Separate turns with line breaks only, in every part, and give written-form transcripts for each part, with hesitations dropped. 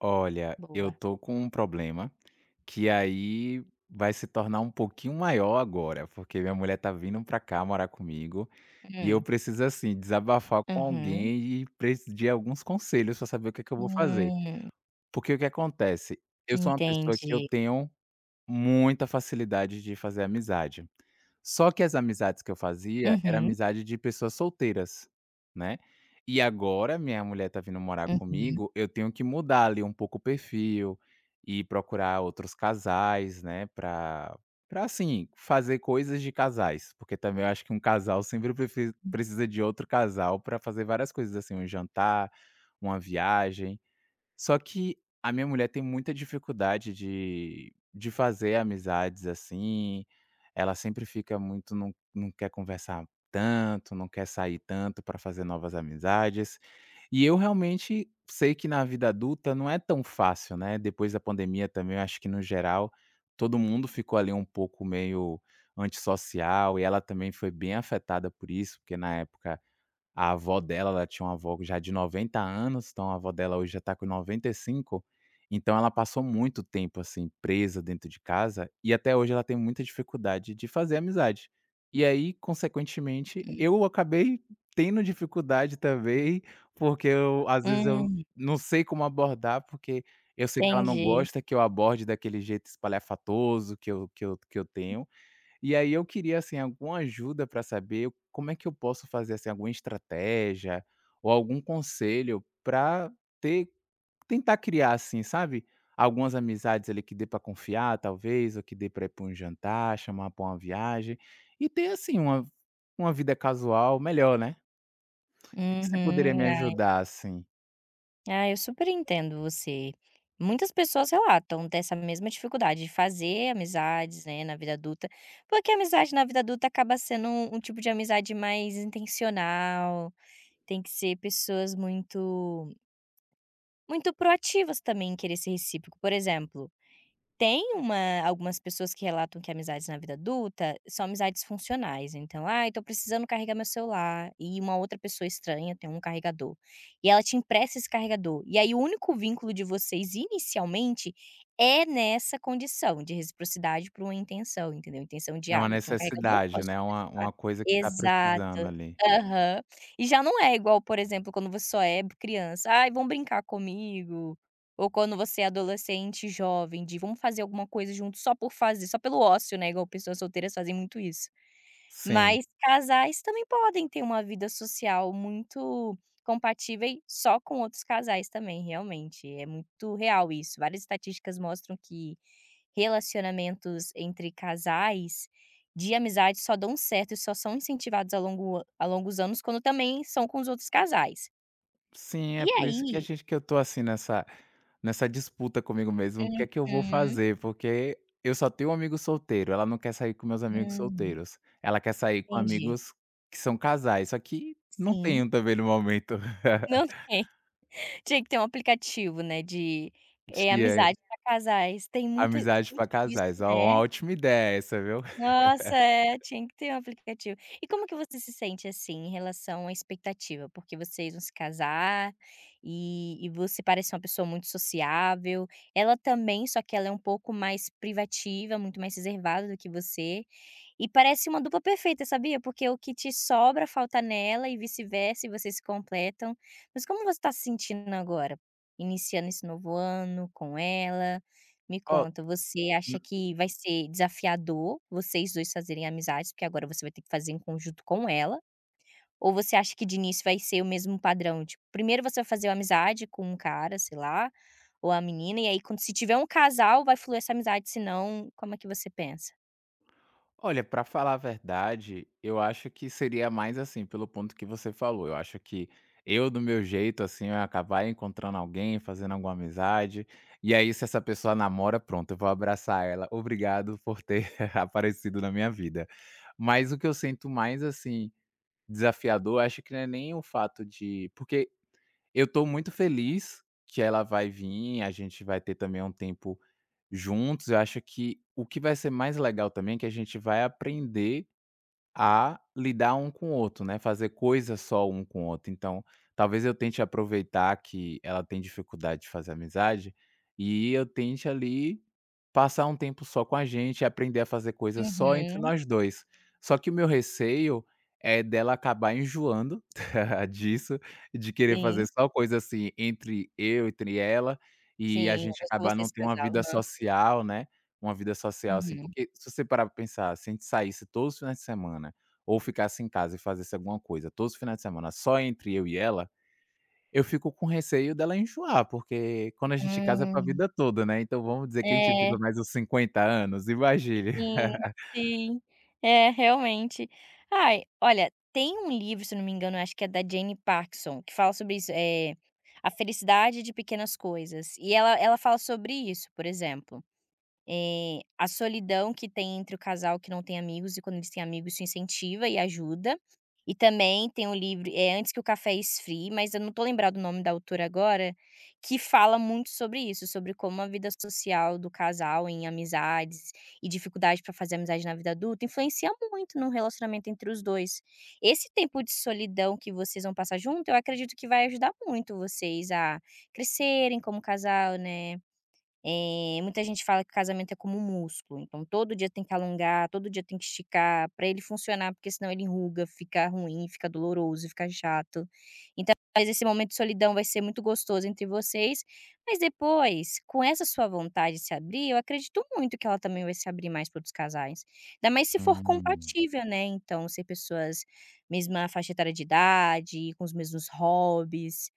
Olha, eu
Boa.
tô com um problema que aí vai se tornar um pouquinho maior agora, porque minha mulher tá vindo pra cá morar comigo e eu
Hum.
preciso, assim, desabafar com
Uhum.
alguém e preciso de alguns conselhos pra saber o que é que eu vou fazer.
Hum.
Porque o que acontece? Eu sou uma pessoa que eu
Entendi.
tenho muita facilidade de fazer amizade. Só que as amizades que eu fazia era
Uhum.
amizade de pessoas solteiras, né. E agora minha mulher tá vindo morar
Uhum.
comigo, eu tenho que mudar ali um pouco o perfil e procurar outros casais, né, pra para assim, fazer coisas de casais, porque também eu acho que um casal sempre prefe precisa de outro casal pra fazer várias coisas, assim, um jantar, uma viagem. Só que a minha mulher tem muita dificuldade de fazer amizades, assim, ela sempre fica muito não quer conversar tanto, não quer sair tanto para fazer novas amizades. E eu realmente sei que na vida adulta não é tão fácil, né, depois da pandemia também eu acho que no geral, todo mundo ficou ali um pouco meio antissocial e ela também foi bem afetada por isso, porque na época a avó dela, ela tinha uma avó já de 90 anos, então a avó dela hoje já tá com 95. Então ela passou muito tempo, assim, presa dentro de casa e até hoje ela tem muita dificuldade de fazer amizade. E aí, consequentemente,
Hum.
eu acabei tendo dificuldade também, porque eu às vezes eu
Hum.
não sei como abordar, porque eu sei que ela não
Entendi.
gosta que eu aborde daquele jeito espalhafatoso que eu tenho, e aí eu queria, assim, alguma ajuda para saber como é que eu posso fazer, assim, alguma estratégia ou algum conselho para ter tentar criar, assim, sabe, algumas amizades ali que dê para confiar talvez, ou que dê para ir para um jantar, chamar para uma viagem e ter, assim, uma vida casual melhor, né. O que que você poderia me
Uhum. Ai.
ajudar, assim?
Ah, eu super entendo você. Muitas pessoas relatam dessa mesma dificuldade de fazer amizades, né, na vida adulta, porque a amizade na vida adulta acaba sendo um tipo de amizade mais intencional, tem que ser pessoas muito muito proativas também em querer ser recíproco. Por exemplo. Tem uma algumas pessoas que relatam que amizades na vida adulta são amizades funcionais, então: "Ai, tô precisando carregar meu celular", e uma outra pessoa estranha tem um carregador, e ela te empresta esse carregador, e aí o único vínculo de vocês inicialmente é nessa condição de reciprocidade por uma intenção, entendeu? Intenção de:
É
"Ah,
uma
eu tenho um carregador,
necessidade,
posso te
né. É uma
emprestar".
uma coisa que tá precisando
Exato.
ali.
Aham. E já não é igual, por exemplo, quando você só é criança: "Ai, vão brincar comigo". Ou quando você é adolescente, jovem, de vamos fazer alguma coisa junto só por fazer, só pelo ócio, né, igual pessoas solteiras fazem muito isso.
Sim.
Mas casais também podem ter uma vida social muito compatível só com outros casais também, realmente, é muito real isso. Várias estatísticas mostram que relacionamentos entre casais de amizade só dão certo e só são incentivados ao longo dos anos quando também são com os outros casais.
Sim,
E
é por isso que a
aí.
gente que eu tô assim nessa disputa comigo mesmo, o que é que eu vou
Uhum,
fazer, porque eu só tenho um amigo solteiro, ela não quer sair com meus amigos
hum,
solteiros, ela quer sair com
entendi.
amigos que são casais, só que não
Sim.
tenho também no momento
Não tem. Tinha que ter um aplicativo, né, de,
de,
amizade pra casais. Tem muita
amizade pra
muito disso,
casais. Ó, uma
né.
ótima ideia essa, viu.
Nossa, é, tinha que ter um aplicativo. E como que você se sente, assim, em relação à expectativa? Porque vocês vão se casar e você parece uma pessoa muito sociável, ela também, só que ela é um pouco mais privativa, muito mais reservada do que você, e parece uma dupla perfeita, sabia? Porque o que te sobra falta nela e vice-versa, e vocês se completam. Mas como você está se sentindo agora? Iniciando esse novo ano com ela? Me
Ó
conta, você acha que vai ser desafiador vocês 2 fazerem amizades, porque agora você vai ter que fazer em conjunto com ela, ou você acha que de início vai ser o mesmo padrão? Tipo, primeiro você vai fazer uma amizade com um cara, sei lá, ou a menina, e aí quando se tiver um casal vai fluir essa amizade, senão como é que você pensa?
Olha, para falar a verdade, eu acho que seria mais assim, pelo ponto que você falou. Eu acho que eu, do meu jeito, assim, eu ia acabar encontrando alguém, fazendo alguma amizade. E aí, se essa pessoa namora, pronto, eu vou abraçar ela. Obrigado por ter aparecido na minha vida. Mas o que eu sinto mais, assim, desafiador, acho que não é nem o fato de. Porque eu tô muito feliz que ela vai vir, a gente vai ter também um tempo juntos. Eu acho que o que vai ser mais legal também, é que a gente vai aprender a lidar um com o outro, né, fazer coisas só um com o outro. Então, talvez eu tente aproveitar que ela tem dificuldade de fazer amizade, e eu tente ali passar um tempo só com a gente e aprender a fazer coisas só entre
Uhum,
nós 2. Só que o meu receio é dela acabar enjoando disso, de querer
sim,
fazer só coisa, assim, entre eu, entre ela, e a
sim, não
gente
foi só
acabar não
vocês
ter uma
casal,
vida
aham.
social, né. Uma vida social, assim,
Uhum.
porque se você parar pra pensar, se a gente saísse todos os finais de semana, ou ficasse em casa e fizesse alguma coisa todos os finais de semana só entre eu e ela, eu fico com receio dela enjoar, porque quando a gente casa é pra
Hum,
vida toda, né, então vamos dizer que a gente
é.
vive mais uns 50 anos, imagine.
Sim, sim. É, realmente. Ai, olha, tem um livro, se eu não me engano, acho que é da Jane Parkinson, que fala sobre isso, a felicidade de pequenas coisas. E ela fala sobre isso, por exemplo. A solidão que tem entre o casal que não tem amigos e quando eles têm amigos isso incentiva e ajuda. E também tem um livro, é Antes que o Café Esfrie, mas eu não tô lembrado o nome da autora agora, que fala muito sobre isso, sobre como a vida social do casal em amizades e dificuldade para fazer amizade na vida adulta influencia muito no relacionamento entre os dois. Esse tempo de solidão que vocês vão passar junto, eu acredito que vai ajudar muito vocês a crescerem como casal, né? Muita gente fala que casamento é como um músculo, então todo dia tem que alongar, todo dia tem que esticar para ele funcionar, porque senão ele enruga, fica ruim, fica doloroso, fica chato. Então, mas esse momento de solidão vai ser muito gostoso entre vocês, mas depois, com essa sua vontade de se abrir, eu acredito muito que ela também vai se abrir mais para outros casais. Ainda mais se for
Hum,
compatível, né, então ser pessoas mesma faixa etária de idade, com os mesmos hobbies.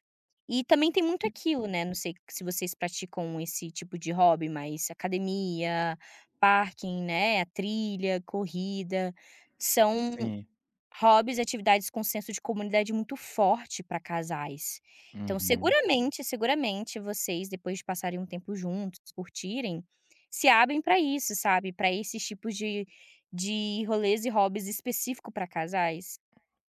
E também tem muito aquilo, né, não sei se vocês praticam esse tipo de hobby, mas academia, parking, né, a trilha, corrida, são
sim,
hobbies atividades com senso de comunidade muito forte para casais. Então
uhum.
seguramente, seguramente vocês depois de passarem um tempo juntos, curtirem, se abrem para isso, sabe, para esses tipos de rolês e hobbies específico para casais,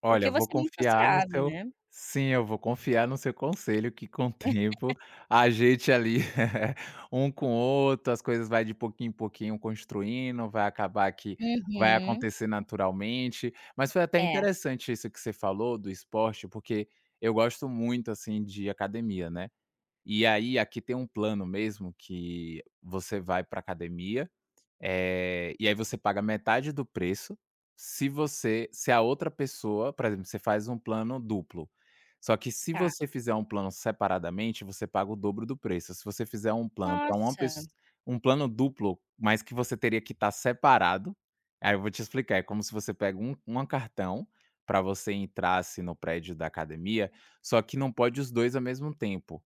Olha,
porque
vou
você é muito
confiar no
sociável,
seu.
né.
Sim, eu vou confiar no seu conselho que com o tempo a gente ali, um com o outro, as coisas vai de pouquinho em pouquinho construindo, vai acabar que vai
Uhum.
acontecer naturalmente. Mas foi até
É,
interessante isso que você falou do esporte, porque eu gosto muito, assim, de academia, né. E aí, aqui tem um plano mesmo que você vai para academia e aí você paga metade do preço, se você se a outra pessoa por exemplo, você faz um plano duplo. Só que se
tá.
você fizer um plano separadamente, você paga o dobro do preço. Se você fizer um plano para uma pessoa,
Nossa,
um plano duplo, mas que você teria que estar separado, aí eu vou te explicar, é como se você pega uma cartão para você entrasse no prédio da academia, só que não pode os 2 ao mesmo tempo.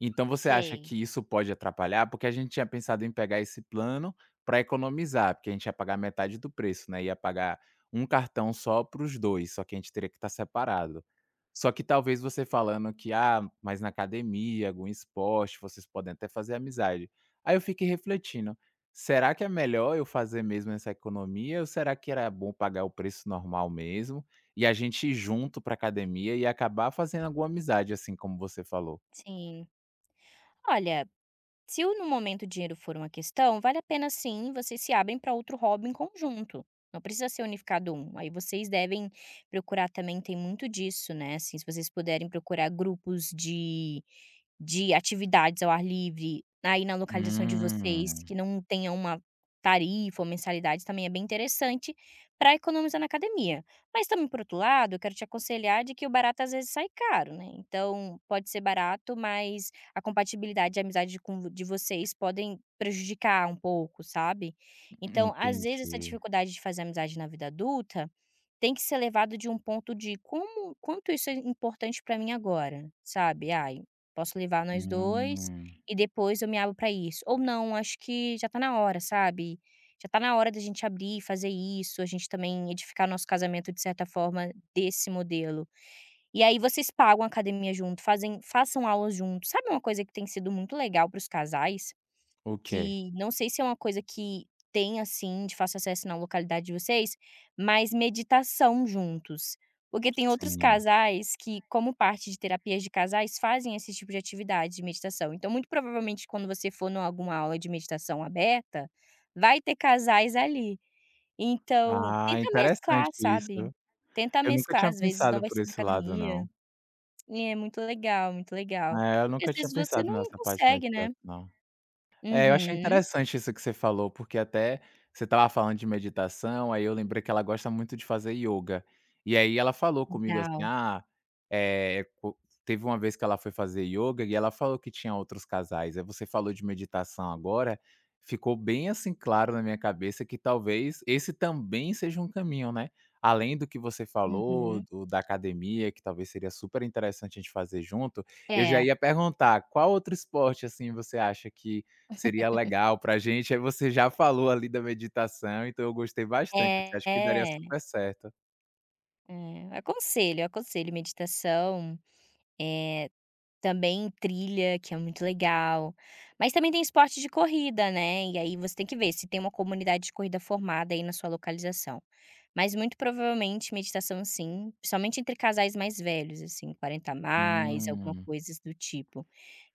Então você acha
sei,
que isso pode atrapalhar? Porque a gente tinha pensado em pegar esse plano para economizar, porque a gente ia pagar metade do preço, né, ia pagar um cartão só para os 2, só que a gente teria que estar separado. Só que talvez você falando que: "Ah, mas na academia, algum esporte, vocês podem até fazer amizade". Aí eu fiquei refletindo, será que é melhor eu fazer mesmo essa economia ou será que era bom pagar o preço normal mesmo, e a gente ir junto para academia e acabar fazendo alguma amizade, assim como você falou?
sim. Olha, se o no momento o dinheiro for uma questão, vale a pena sim, vocês se abrem para outro hobby em conjunto. Não precisa ser unificado um. Aí vocês devem procurar também, tem muito disso, né? Assim, se vocês puderem procurar grupos de atividades ao ar livre, aí na localização de vocês,
Hum,
que não tenha uma tarifa ou mensalidade, também é bem interessante para economizar na academia. Mas também, por outro lado, eu quero te aconselhar de que o barato às vezes sai caro, né? Então, pode ser barato, mas a compatibilidade e amizade com de vocês podem prejudicar um pouco, sabe. Então, às vezes, essa
entendi.
dificuldade de fazer amizade na vida adulta tem que ser levado de um ponto de como quanto isso é importante pra mim agora, sabe. "Ai, posso levar nós 2
Hum,
e depois eu me abro pra isso", ou "Não, acho que já tá na hora", sabe. "Já tá na hora da gente abrir e fazer isso", a gente também edificar nosso casamento de certa forma desse modelo. E aí vocês pagam a academia junto, fazem façam aulas juntos. Sabe uma coisa que tem sido muito legal para os casais?
ok,
Que não sei se é uma coisa que tem, assim, de fácil acesso na localidade de vocês, mas meditação juntos. Porque tem outros
sim.
casais que, como parte de terapias de casais, fazem esse tipo de atividade de meditação. Então, muito provavelmente, quando você for em alguma aula de meditação aberta, vai ter casais ali. Então,
Ah,
tenta mesclar,
interessante isso.
sabe? Tenta
Eu nunca
mesclar,
tinha
às vezes não
pensado
vai
por
ser na
esse lado
academia.
não.
É muito legal, muito legal.
É, eu
Porque às
nunca tinha
vezes você
pensado
não
nessa parte mais
consegue, né.
direto não. É, eu achei
Uhum.
interessante isso que você falou, porque até você estava falando de meditação, aí eu lembrei que ela gosta muito de fazer yoga. E aí ela falou comigo assim:
Legal.
"Ah, eh, co". Teve uma vez que ela foi fazer yoga e ela falou que tinha outros casais. Aí você falou de meditação agora, ficou bem assim claro na minha cabeça que talvez esse também seja um caminho, né. Além do que você falou,
Uhum.
do da academia, que talvez seria super interessante a gente fazer junto, eu já
É.
ia perguntar, qual outro esporte, assim, você acha que seria legal pra gente, aí você já falou ali da meditação, então eu gostei bastante, assim, acho que daria
É,
super certo.
é. Aconselho, aconselho meditação. É também trilha, que é muito legal, mas também tem esporte de corrida, né, e aí você tem que ver se tem uma comunidade de corrida formada aí na sua localização. Mas muito provavelmente meditação sim, principalmente entre casais mais velhos, assim, 40 a mais, alguma
Hum,
coisa do tipo.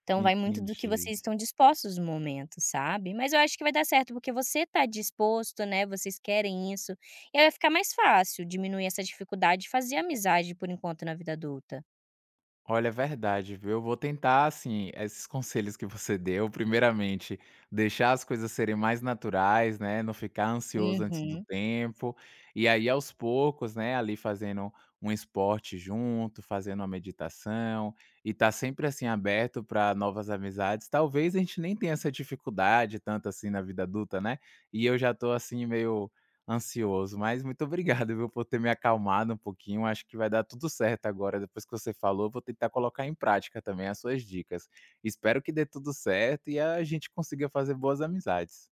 Então vai muito do que
entendi.
vocês estão dispostos no momento, sabe. Mas eu acho que vai dar certo, porque você tá disposto, né, vocês querem isso, e aí vai ficar mais fácil diminuir essa dificuldade de fazer amizade por enquanto na vida adulta.
Olha, é verdade, viu. Eu vou tentar, assim, esses conselhos que você deu, primeiramente, deixar as coisas serem mais naturais, né, não ficar ansioso antes do
Uhum.
tempo, e aí aos poucos, né, ali fazendo um esporte junto, fazendo uma meditação, e tá sempre, assim, aberto para novas amizades. Talvez a gente nem tenha essa dificuldade tanto assim na vida adulta, né, e eu já tô, assim, meio ansioso, mas muito obrigado, viu, por ter me acalmado um pouquinho. Acho que vai dar tudo certo agora. Depois que você falou, eu vou tentar colocar em prática também as suas dicas. Espero que dê tudo certo e a gente consiga fazer boas amizades.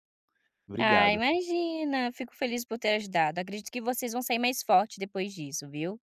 Ah,
Obrigado.
imagina, fico feliz por ter ajudado. Acredito que vocês vão sair mais forte depois disso, viu.